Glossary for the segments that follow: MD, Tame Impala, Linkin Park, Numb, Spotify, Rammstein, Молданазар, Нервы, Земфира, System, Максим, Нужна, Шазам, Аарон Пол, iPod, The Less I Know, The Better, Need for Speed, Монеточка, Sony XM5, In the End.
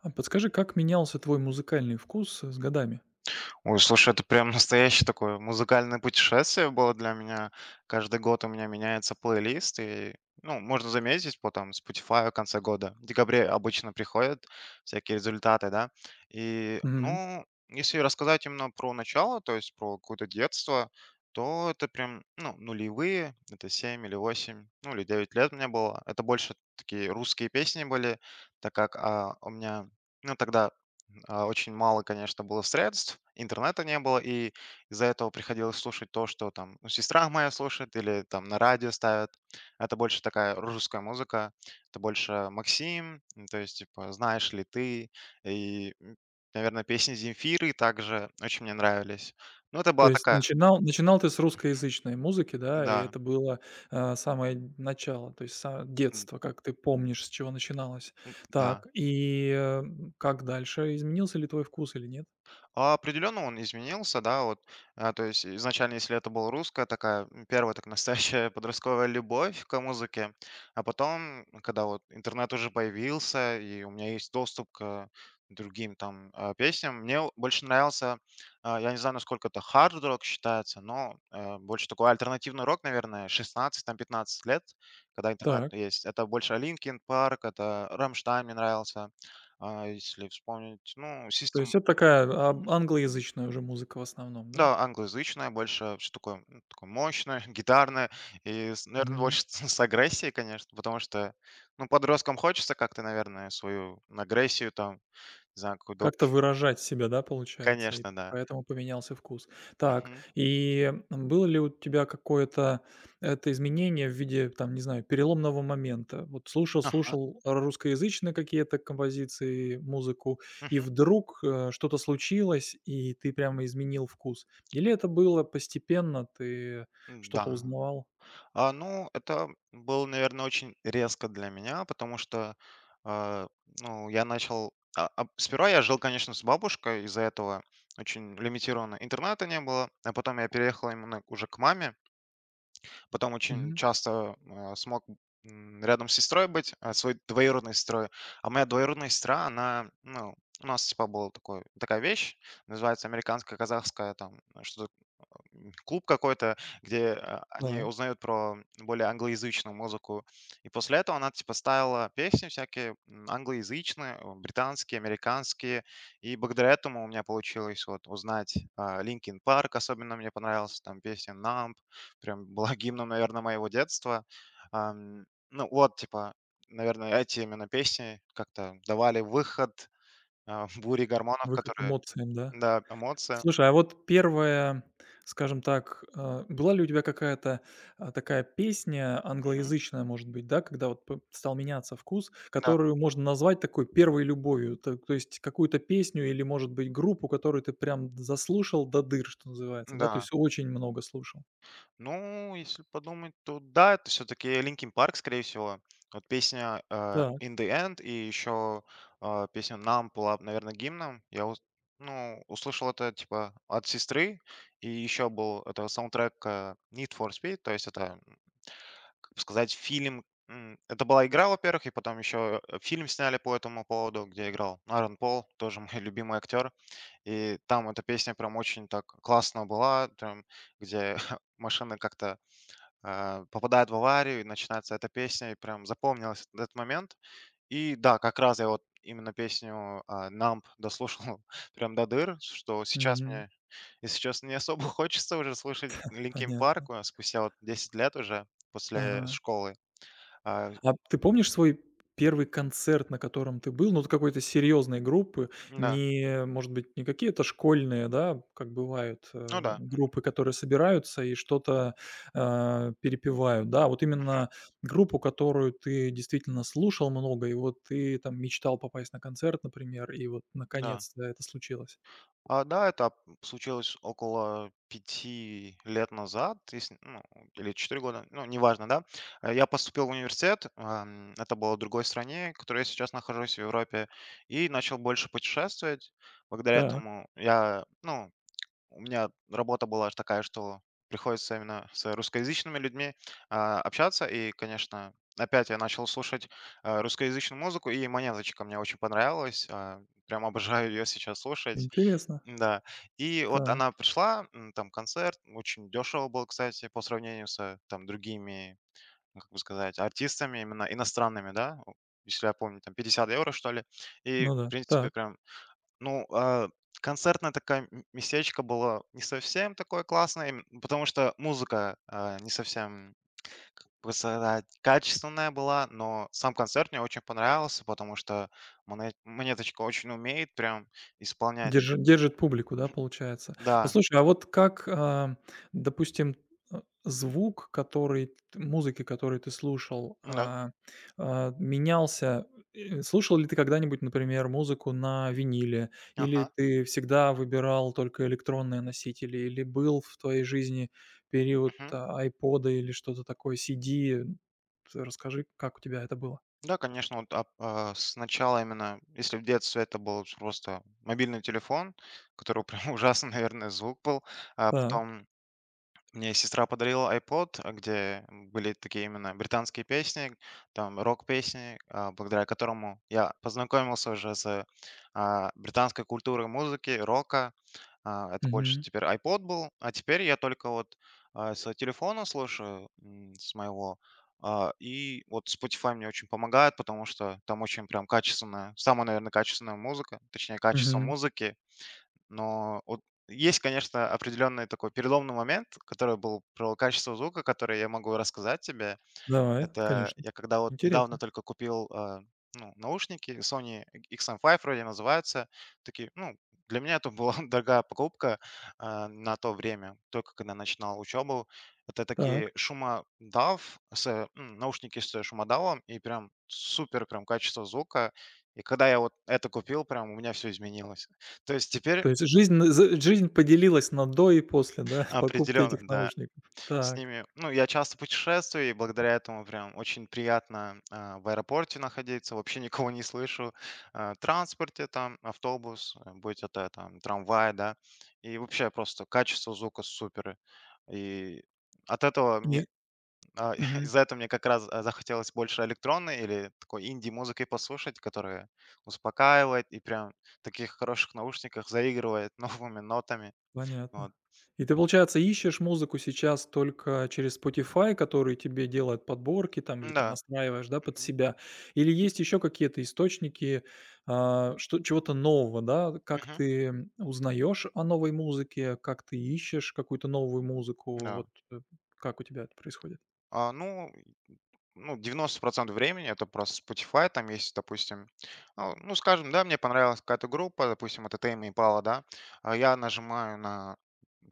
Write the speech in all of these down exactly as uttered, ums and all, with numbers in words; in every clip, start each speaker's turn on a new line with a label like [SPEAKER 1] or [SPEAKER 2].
[SPEAKER 1] А подскажи, как менялся твой музыкальный вкус, э, с годами?
[SPEAKER 2] Ой, слушай, это прям настоящее такое музыкальное путешествие было для меня. Каждый год у меня меняется плейлист, и, ну, можно заметить по там Spotify в конце года. В декабре обычно приходят всякие результаты, да. И,
[SPEAKER 1] Мгм.
[SPEAKER 2] ну, если рассказать именно про начало, то есть про какое-то детство, то это прям, ну, нулевые, это семь или восемь, ну, или девять лет мне было. Это больше такие русские песни были, так как а, у меня, ну, тогда а, очень мало, конечно, было средств, интернета не было, и из-за этого приходилось слушать то, что там, ну, сестра моя слушает или там на радио ставят. Это больше такая русская музыка, это больше Максим, м, то есть, типа, «Знаешь ли ты?» и, м, наверное, песни Земфиры также очень мне нравились. Ну, это
[SPEAKER 1] То
[SPEAKER 2] была
[SPEAKER 1] есть
[SPEAKER 2] такая,
[SPEAKER 1] начинал начинал ты с русскоязычной музыки, да, и
[SPEAKER 2] да,
[SPEAKER 1] это было, а, самое начало, то есть са
[SPEAKER 2] м,
[SPEAKER 1] детство, как ты помнишь, с чего начиналось.
[SPEAKER 2] м, да.
[SPEAKER 1] Так, и, м, как дальше? Изменился ли твой вкус или нет?
[SPEAKER 2] А, определенно он изменился, да, вот, а, то есть изначально, если это была русская такая, м, первая так настоящая подростковая любовь к музыке, а потом, когда вот интернет уже появился, и у меня есть доступ к другим там а, песням, мне о- больше нравился, а, я не знаю, насколько это хард-рок считается, но э, больше такой альтернативный рок, наверное, шестнадцать пятнадцать лет, когда интернет
[SPEAKER 1] Так,
[SPEAKER 2] есть. Это больше Linkin Park, это Rammstein мне нравился. А, если вспомнить, ну,
[SPEAKER 1] то
[SPEAKER 2] System,
[SPEAKER 1] есть это такая, а, англоязычная уже музыка в основном, да?
[SPEAKER 2] да, англоязычная больше, всё такое, м, такое мощное, гитарное и, наверное, больше с агрессией, конечно, потому что, ну, подросткам хочется как-то, наверное, свою агрессию там, не знаю, какую-то.
[SPEAKER 1] Как-то выражать себя, да, получается, и
[SPEAKER 2] Конечно, да.
[SPEAKER 1] поэтому поменялся вкус. Так,
[SPEAKER 2] Мгм.
[SPEAKER 1] и было ли у тебя какое-то это изменение в виде, там, не знаю, переломного момента? Вот слушал,
[SPEAKER 2] Ага.
[SPEAKER 1] слушал русскоязычные какие-то композиции, музыку, и
[SPEAKER 2] Мгм.
[SPEAKER 1] вдруг э, что-то случилось, и ты прямо изменил вкус. Или это было постепенно, ты что-то
[SPEAKER 2] Да.
[SPEAKER 1] узнавал?
[SPEAKER 2] А, ну, это было, наверное, очень резко для меня, потому что, а, ну, я начал а, а, сперва я жил, конечно, с бабушкой, из-за этого очень лимитированно, интернета не было, а потом я переехал именно уже к маме. Потом очень
[SPEAKER 1] Мгм.
[SPEAKER 2] часто, а, смог, м, рядом с сестрой быть, а, своей двоюродной сестрой. А моя двоюродная сестра, она, ну, у нас типа была такой такая вещь, называется американская казахская там что-то, м, клуб какой-то, где а,
[SPEAKER 1] Да,
[SPEAKER 2] они узнают про более англоязычную музыку. И после этого она типа ставила песни всякие, м, англоязычные, э, британские, американские. И благодаря этому у меня получилось вот узнать, а, Linkin Park, особенно мне понравился там песня Numb, прям была гимном, наверное, моего детства. Ам, Ну вот, типа, наверное, эти именно песни как-то давали выход, а, буре гормонов,
[SPEAKER 1] выход
[SPEAKER 2] которые,
[SPEAKER 1] эмоциям, да?
[SPEAKER 2] да, эмоции.
[SPEAKER 1] Слушай, а вот первая, скажем так, э, была ли у тебя какая-то, а, такая песня
[SPEAKER 2] Мгм.
[SPEAKER 1] англоязычная, может быть, да, когда вот п стал меняться вкус,
[SPEAKER 2] Да,
[SPEAKER 1] которую можно назвать такой первой любовью? Т то есть какую-то песню или, может быть, группу, которую ты прям заслушал до дыр, что называется, да, то
[SPEAKER 2] да.
[SPEAKER 1] есть очень много слушал?
[SPEAKER 2] Ну, если подумать, то да, это все-таки Linkin Park, скорее всего. Вот песня, э,
[SPEAKER 1] Так,
[SPEAKER 2] In the End, и еще, э, песня Numb была, наверное, гимном. Я ус- ну, услышал это типа от сестры, и еще был это саундтрек, э, Need for Speed, то есть это, м, как бы сказать, фильм. м, Это была игра, во-первых, и потом еще фильм сняли по этому поводу, где играл Аарон Пол, тоже мой любимый актер. И там эта песня прям очень так классно была, прям, где машины как-то, а, попадает в аварию, и начинается эта песня, и прям запомнилась этот момент. И да, как раз я вот именно песню, а, Numb дослушал прям до дыр, что сейчас
[SPEAKER 1] мгм,
[SPEAKER 2] мне, если честно, не особо хочется уже слушать Linkin Park,
[SPEAKER 1] понятно.
[SPEAKER 2] а, спустя вот десять лет уже после
[SPEAKER 1] Ага.
[SPEAKER 2] школы. А,
[SPEAKER 1] А ты помнишь свой первый концерт, на котором ты был? Ну, вот какой-то серьезной группы,
[SPEAKER 2] м, да,
[SPEAKER 1] не, может быть, не какие-то школьные, да, как бывают,
[SPEAKER 2] ну
[SPEAKER 1] э,
[SPEAKER 2] да,
[SPEAKER 1] группы, которые собираются и что-то, а, перепевают, да, а вот
[SPEAKER 2] мгм,
[SPEAKER 1] именно группу, которую ты действительно слушал много, и вот ты там мечтал попасть на концерт, например, и вот
[SPEAKER 2] да.
[SPEAKER 1] наконец-то это случилось.
[SPEAKER 2] А, да, это случилось около пяти лет назад, если, ну, или четыре года, ну, неважно, да. Э, я поступил в университет, ам, это было в другой стране, в которой я сейчас нахожусь, в Европе, и начал больше путешествовать. Благодаря
[SPEAKER 1] Так,
[SPEAKER 2] этому я, ну, у меня работа была ж такая, что приходится именно с русскоязычными людьми, а, общаться. И, конечно, опять я начал слушать, э, русскоязычную музыку, и "Монеточка" мне очень понравилась. А, прям обожаю ее сейчас слушать,
[SPEAKER 1] интересно.
[SPEAKER 2] да. И вот
[SPEAKER 1] Так,
[SPEAKER 2] она пришла, м, там концерт очень дешево был, кстати, по сравнению с, там, другими, ну, как бы сказать, артистами именно иностранными, да, о, если я помню, там пятьдесят евро, что ли. И,
[SPEAKER 1] ну
[SPEAKER 2] в
[SPEAKER 1] да,
[SPEAKER 2] принципе,
[SPEAKER 1] так.
[SPEAKER 2] прям, ну, а, концертное такое м местечко было не совсем такое классное, им, потому что музыка, а, не совсем, как бы сказать, качественная была, но сам концерт мне очень понравился, потому что Монет Монеточка очень умеет прям исполнять пе.
[SPEAKER 1] Держи держит публику, да, получается?
[SPEAKER 2] Да,
[SPEAKER 1] Послушай, а вот как, а, допустим, э, звук, который т музыки, который ты слушал,
[SPEAKER 2] да.
[SPEAKER 1] а, а, менялся? Э, слушал ли ты когда-нибудь, например, музыку на виниле? Или
[SPEAKER 2] Ага,
[SPEAKER 1] ты всегда выбирал только электронные носители? Или был в твоей жизни период,
[SPEAKER 2] мгм.
[SPEAKER 1] а, "Айпода" или что-то такое, C D? Т расскажи, как у тебя это было?
[SPEAKER 2] Да, конечно, вот ап а, сначала именно, если в детстве это был просто мобильный телефон, который прям ужасно, наверное, звук был, а
[SPEAKER 1] Так.
[SPEAKER 2] потом мне сестра подарила iPod, а, где были такие именно британские песни, там рок-песни, а, благодаря которому я познакомился уже с, а, британской культурой музыки, рока. А, Это больше
[SPEAKER 1] Мгм.
[SPEAKER 2] теперь iPod был, а теперь я только вот, а, с телефона слушаю, м, с моего. А, И вот Spotify мне очень помогает, потому что там очень прям качественная, самая, наверное, качественная музыка, точнее, качество
[SPEAKER 1] Мгм.
[SPEAKER 2] музыки. Но вот есть, конечно, определенный такой переломный момент, который был про качество звука, который я могу рассказать тебе.
[SPEAKER 1] Давай,
[SPEAKER 2] Это
[SPEAKER 1] конечно.
[SPEAKER 2] я когда вот недавно
[SPEAKER 1] Интересно.
[SPEAKER 2] только купил, а, ну, наушники Sony X M пять вроде называются. Такие, ну, для меня это была дорогая покупка, а, на то время, только когда начинал учебу. Это
[SPEAKER 1] Так.
[SPEAKER 2] такие шумодав, с, м, наушники с шумодавом и прям супер прям качество звука. И когда я вот это купил, прям у меня все изменилось. То есть теперь
[SPEAKER 1] То есть жизнь на з жизнь поделилась на до и после, да, покупки
[SPEAKER 2] определенно,
[SPEAKER 1] этих
[SPEAKER 2] да.
[SPEAKER 1] наушников.
[SPEAKER 2] С
[SPEAKER 1] Так.
[SPEAKER 2] ними, ну, я часто путешествую, и благодаря этому прям очень приятно, а, в аэропорте находиться, вообще никого не слышу. А, транспорте там, автобус, э, будь это там трамвай, да. И вообще просто качество звука супер. И от этого
[SPEAKER 1] И
[SPEAKER 2] мне, а,
[SPEAKER 1] мгм,
[SPEAKER 2] из-за этого мне как раз, а, захотелось больше электронной или такой инди-музыки послушать, которая успокаивает и прям в таких хороших наушниках заигрывает новыми нотами.
[SPEAKER 1] понятно.
[SPEAKER 2] Вот.
[SPEAKER 1] И ты, получается, ищешь музыку сейчас только через Spotify, который тебе делает подборки там или ты
[SPEAKER 2] Да.
[SPEAKER 1] настраиваешь, да, под себя? Или есть еще какие-то источники, а, что чего-то нового, да? Как ты, м, узнаешь о новой музыке, как ты ищешь какую-то новую музыку?
[SPEAKER 2] Да.
[SPEAKER 1] Вот, э, как у тебя это происходит?
[SPEAKER 2] А, ну, и, ну, девяносто процентов времени это просто Spotify, там есть, допустим, ну, ну, скажем, да, мне понравилась какая-то группа, допустим, это Tame Impala, да, а я нажимаю на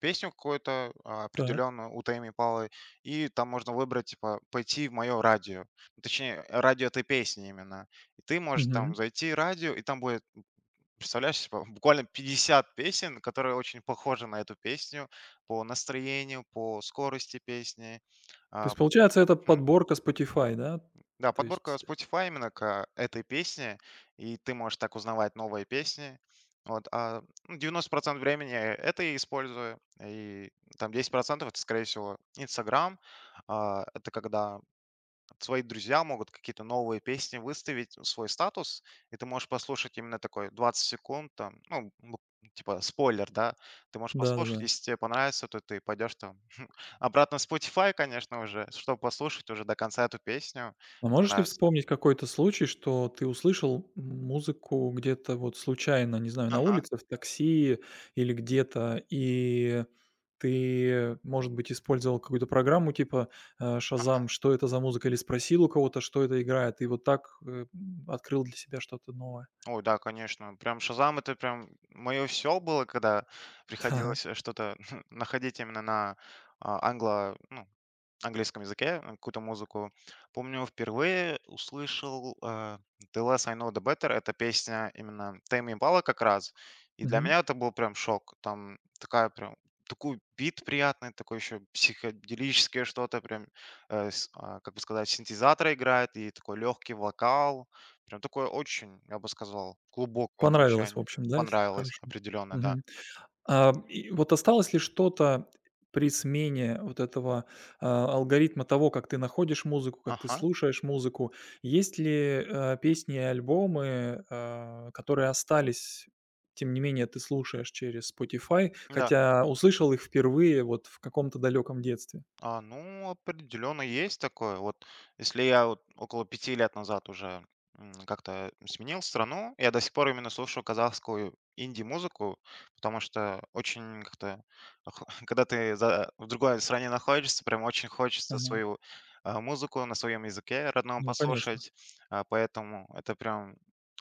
[SPEAKER 2] песню какую-то, а,
[SPEAKER 1] Так.
[SPEAKER 2] определенную у Tame Impala, и там можно выбрать, типа, пойти в мое радио, ну, точнее, радио этой песни именно, и ты можешь
[SPEAKER 1] Мгм.
[SPEAKER 2] там зайти в радио, и там будет, представляешь, типа, буквально пятьдесят песен, которые очень похожи на эту песню по настроению, по скорости песни,
[SPEAKER 1] То
[SPEAKER 2] а,
[SPEAKER 1] есть, получается, это
[SPEAKER 2] мгм.
[SPEAKER 1] подборка Spotify, да?
[SPEAKER 2] Да,
[SPEAKER 1] То
[SPEAKER 2] подборка
[SPEAKER 1] есть
[SPEAKER 2] Spotify именно к этой песне, и ты можешь так узнавать новые песни. Вот, а ну, девяносто процентов времени я это я использую, и там десять процентов это, скорее всего, Инстаграм. А, Это когда свои друзья могут какие-то новые песни выставить, свой статус, и ты можешь послушать именно такой двадцать секунд, там, ну, бу- типа спойлер, да, ты можешь послушать,
[SPEAKER 1] да-да-да.
[SPEAKER 2] если тебе понравится, то ты пойдешь там обратно в Spotify, конечно, уже, чтобы послушать уже до конца эту песню.
[SPEAKER 1] А можешь ли
[SPEAKER 2] Понравится.
[SPEAKER 1] вспомнить какой-то случай, что ты услышал музыку где-то вот случайно, не знаю, на
[SPEAKER 2] Ага.
[SPEAKER 1] улице, в такси или где-то, и ты, может быть, использовал какую-то программу типа, э, "Шазам", что это за музыка, или спросил у кого-то, что это играет, и вот так, э, м, открыл для себя что-то новое?
[SPEAKER 2] Ой, да, конечно. Прям "Шазам" — это прям моё всё было, когда
[SPEAKER 1] Так.
[SPEAKER 2] приходилось, э, что-то находить именно на, а, англо ну, английском языке, э, какую-то музыку. Помню, впервые услышал, э, The Less I Know, The Better. Это песня именно Тэмми Импала как раз. И для
[SPEAKER 1] Мгм.
[SPEAKER 2] меня это был прям шок. Там такая прям такой бит приятный, такой еще психоделическое что-то, прям, э, с- а, как бы сказать, синтезатор играет, и такой легкий вокал. Прям такое очень, я бы сказал, глубокое
[SPEAKER 1] Понравилось, в
[SPEAKER 2] звучание.
[SPEAKER 1] общем, да, с это
[SPEAKER 2] Понравилось
[SPEAKER 1] хорошо.
[SPEAKER 2] определенно, да.
[SPEAKER 1] Мгм. А, и вот осталось ли что-то при смене вот этого, а, алгоритма того, как ты находишь музыку, как ты
[SPEAKER 2] Ага,
[SPEAKER 1] слушаешь музыку? Есть ли, э, песни и альбомы, а, которые остались, тем не менее ты слушаешь через Spotify,
[SPEAKER 2] да.
[SPEAKER 1] хотя услышал их впервые вот в каком-то далеком детстве?
[SPEAKER 2] А, ну, определенно есть такое. Вот если я вот около пяти лет назад уже, м, как-то сменил страну, я до сих пор именно слушаю казахскую инди-музыку, потому что очень как-то, когда ты за- в другой стране находишься, прям очень хочется
[SPEAKER 1] Ага.
[SPEAKER 2] свою, а, музыку на своем языке родном
[SPEAKER 1] Ну, конечно.
[SPEAKER 2] послушать. А, поэтому это прям,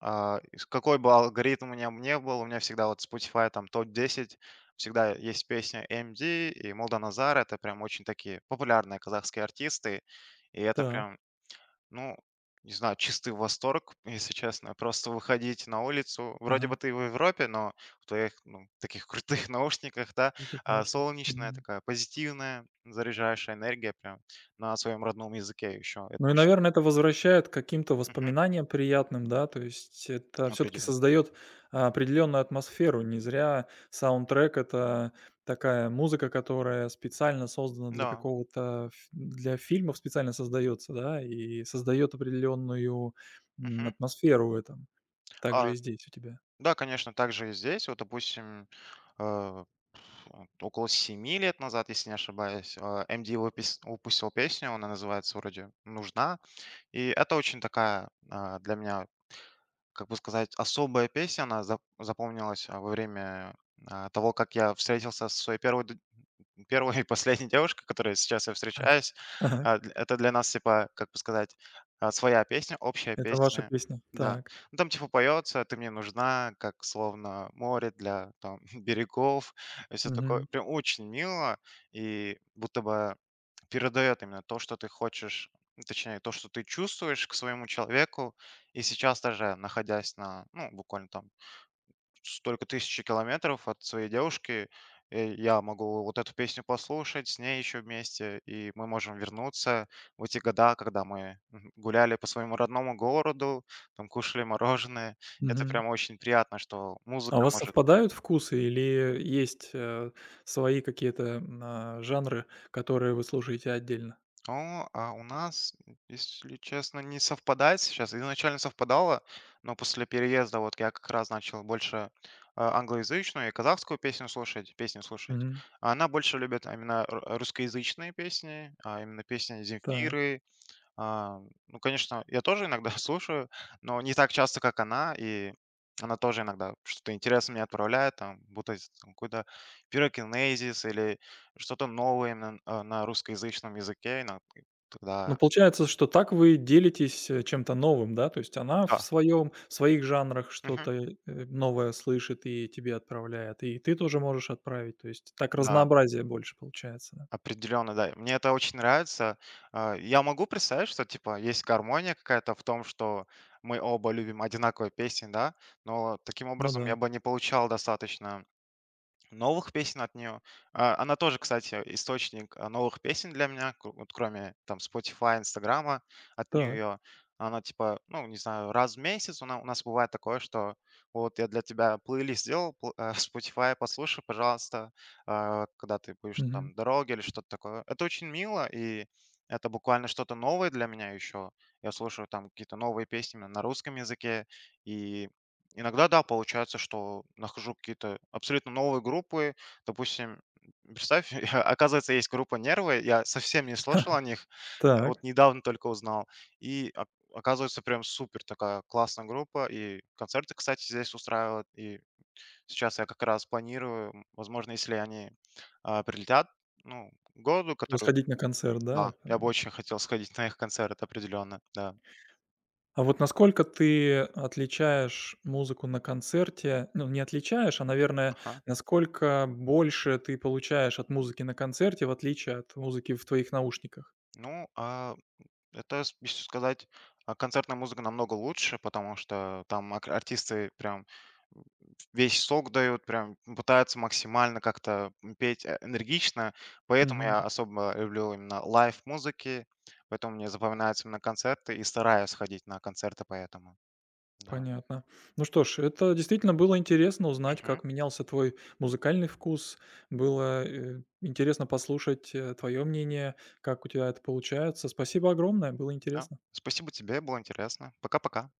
[SPEAKER 2] а, из- какой бы алгоритм у меня не был, у меня всегда вот Spotify там топ-десять. Всегда есть песня M D и Молданазар. Это прям очень такие популярные казахские артисты. И это
[SPEAKER 1] Так.
[SPEAKER 2] прям, ну, не знаю, чистый восторг, если честно. Просто выходить на улицу. Вроде бы
[SPEAKER 1] Ага.
[SPEAKER 2] ты в Европе, но в твоих, ну, таких крутых наушниках, да,
[SPEAKER 1] Вот так
[SPEAKER 2] а,
[SPEAKER 1] наушник.
[SPEAKER 2] солнечная такая, позитивная, заряжающая энергия прям на своем родном языке еще. Это
[SPEAKER 1] Ну и,
[SPEAKER 2] очень
[SPEAKER 1] наверное, это возвращает к каким-то
[SPEAKER 2] мгм,
[SPEAKER 1] воспоминаниям приятным, да, то есть это все таки
[SPEAKER 2] определенно.
[SPEAKER 1] создаёт определенную атмосферу. Не зря саундтрек- это такая музыка, которая специально создана для
[SPEAKER 2] Да.
[SPEAKER 1] какого-то ф для фильмов специально создается, да, и создает определенную м,
[SPEAKER 2] Мгм.
[SPEAKER 1] атмосферу в этом. Также
[SPEAKER 2] А
[SPEAKER 1] и здесь у тебя.
[SPEAKER 2] Да, конечно, также и здесь. Вот, допустим, э, вот около семи лет назад, если не ошибаюсь, э, M D выпис- выпустил песню, она называется вроде «Нужна». И это очень такая, а, для меня, как бы сказать, особая песня. Она зап- запомнилась, а, во время, а, того, как я встретился со своей первой д- первая и последняя девушка, которой сейчас я встречаюсь.
[SPEAKER 1] Так.
[SPEAKER 2] А, дл это для нас, типа, как бы сказать, а, своя песня, общая
[SPEAKER 1] Это ваша
[SPEAKER 2] песня.
[SPEAKER 1] песня.
[SPEAKER 2] Да.
[SPEAKER 1] Так.
[SPEAKER 2] Ну, там, типа, поется: "Ты мне нужна, как словно море для, там, берегов". И все такое.
[SPEAKER 1] Мгм.
[SPEAKER 2] Прям очень мило и будто бы передает именно то, что ты хочешь, точнее, то, что ты чувствуешь к своему человеку. И сейчас даже находясь на, ну, буквально там столько тысячи километров от своей девушки, и я могу вот эту песню послушать, с ней еще вместе, и мы можем вернуться в эти года, когда мы, мгм, гуляли по своему родному городу, там кушали мороженое. Это
[SPEAKER 1] Мгм.
[SPEAKER 2] прям очень приятно, что
[SPEAKER 1] А у
[SPEAKER 2] музыка
[SPEAKER 1] вас
[SPEAKER 2] может.
[SPEAKER 1] совпадают вкусы или есть, э, свои какие-то, м, а, жанры, которые вы слушаете отдельно?
[SPEAKER 2] О, а у нас, м, если честно, не совпадает сейчас. Изначально совпадало, но после переезда вот я как раз начал больше, а, англоязычную и казахскую песню слушать, песню слушать.
[SPEAKER 1] Мгм.
[SPEAKER 2] А она больше любит а именно ру- русскоязычные песни, а именно песни
[SPEAKER 1] Так.
[SPEAKER 2] Земфиры, а, ну, конечно, я тоже иногда слушаю, но не так часто, как она, и она тоже иногда что-то интересное мне отправляет, там, будто из- там какой-то пирокинезис или что-то новое именно на, на русскоязычном языке, и на- и
[SPEAKER 1] Ну,
[SPEAKER 2] тогда,
[SPEAKER 1] получается, что так вы делитесь, э, чем-то новым, да? То есть она в
[SPEAKER 2] да,
[SPEAKER 1] своем, в своих жанрах
[SPEAKER 2] мгм,
[SPEAKER 1] что-то, э, новое слышит и тебе отправляет, и ты тоже можешь отправить. То есть так
[SPEAKER 2] да,
[SPEAKER 1] разнообразие больше получается, да?
[SPEAKER 2] определенно, да, мне это очень нравится. А, Я могу представить, что, типа, есть гармония какая-то в том, что мы оба любим одинаковые песни, да, но таким
[SPEAKER 1] Ну
[SPEAKER 2] образом
[SPEAKER 1] да.
[SPEAKER 2] я бы не получал достаточно новых песен от нее. А, она тоже, кстати, источник, а, новых песен для меня, ку вот кроме там Spotify, "Инстаграма", от
[SPEAKER 1] Так.
[SPEAKER 2] нее. Она типа, ну, не знаю, раз в месяц у на у нас бывает такое, что вот я для тебя плейлист сделал, пл э, Spotify, послушай, пожалуйста, а, когда ты будешь
[SPEAKER 1] Мгм.
[SPEAKER 2] там в дороге или что-то такое. Это очень мило, и это буквально что-то новое для меня еще. Я слушаю там какие-то новые песни на русском языке, и иногда, да, получается, что нахожу какие-то абсолютно новые группы. Допустим, представь, я- оказывается, есть группа "Нервы". Я совсем не слышал о них, а вот
[SPEAKER 1] Так.
[SPEAKER 2] недавно только узнал. И ок оказывается, прям супер такая классная группа. И концерты, кстати, здесь устраивают. И сейчас я как раз планирую, м, возможно, если они, а, прилетят, ну, к городу,
[SPEAKER 1] Ну,
[SPEAKER 2] который…
[SPEAKER 1] сходить на концерт,
[SPEAKER 2] да,
[SPEAKER 1] да?
[SPEAKER 2] я бы очень хотел сходить на их концерт определенно, да.
[SPEAKER 1] А вот насколько ты отличаешь музыку на концерте? Ну, не отличаешь, а, наверное,
[SPEAKER 2] Ага.
[SPEAKER 1] насколько больше ты получаешь от музыки на концерте, в отличие от музыки в твоих наушниках?
[SPEAKER 2] Ну, а это, с- если сказать, а, концертная музыка намного лучше, потому что там ак- артисты прям, м, весь сок дают, прям пытаются максимально как-то, м, петь, э, энергично. Поэтому
[SPEAKER 1] Мгм.
[SPEAKER 2] я особо люблю именно лайв музыки, поэтому мне запоминаются именно концерты и стараюсь ходить на концерты поэтому. Да.
[SPEAKER 1] Понятно. Ну что ж, это действительно было интересно узнать,
[SPEAKER 2] Мгм.
[SPEAKER 1] как менялся твой музыкальный вкус. Было, э, интересно послушать, э, твое мнение, как у тебя это получается. Спасибо огромное, было
[SPEAKER 2] Да.
[SPEAKER 1] интересно.
[SPEAKER 2] Спасибо тебе, было интересно. Пока-пока.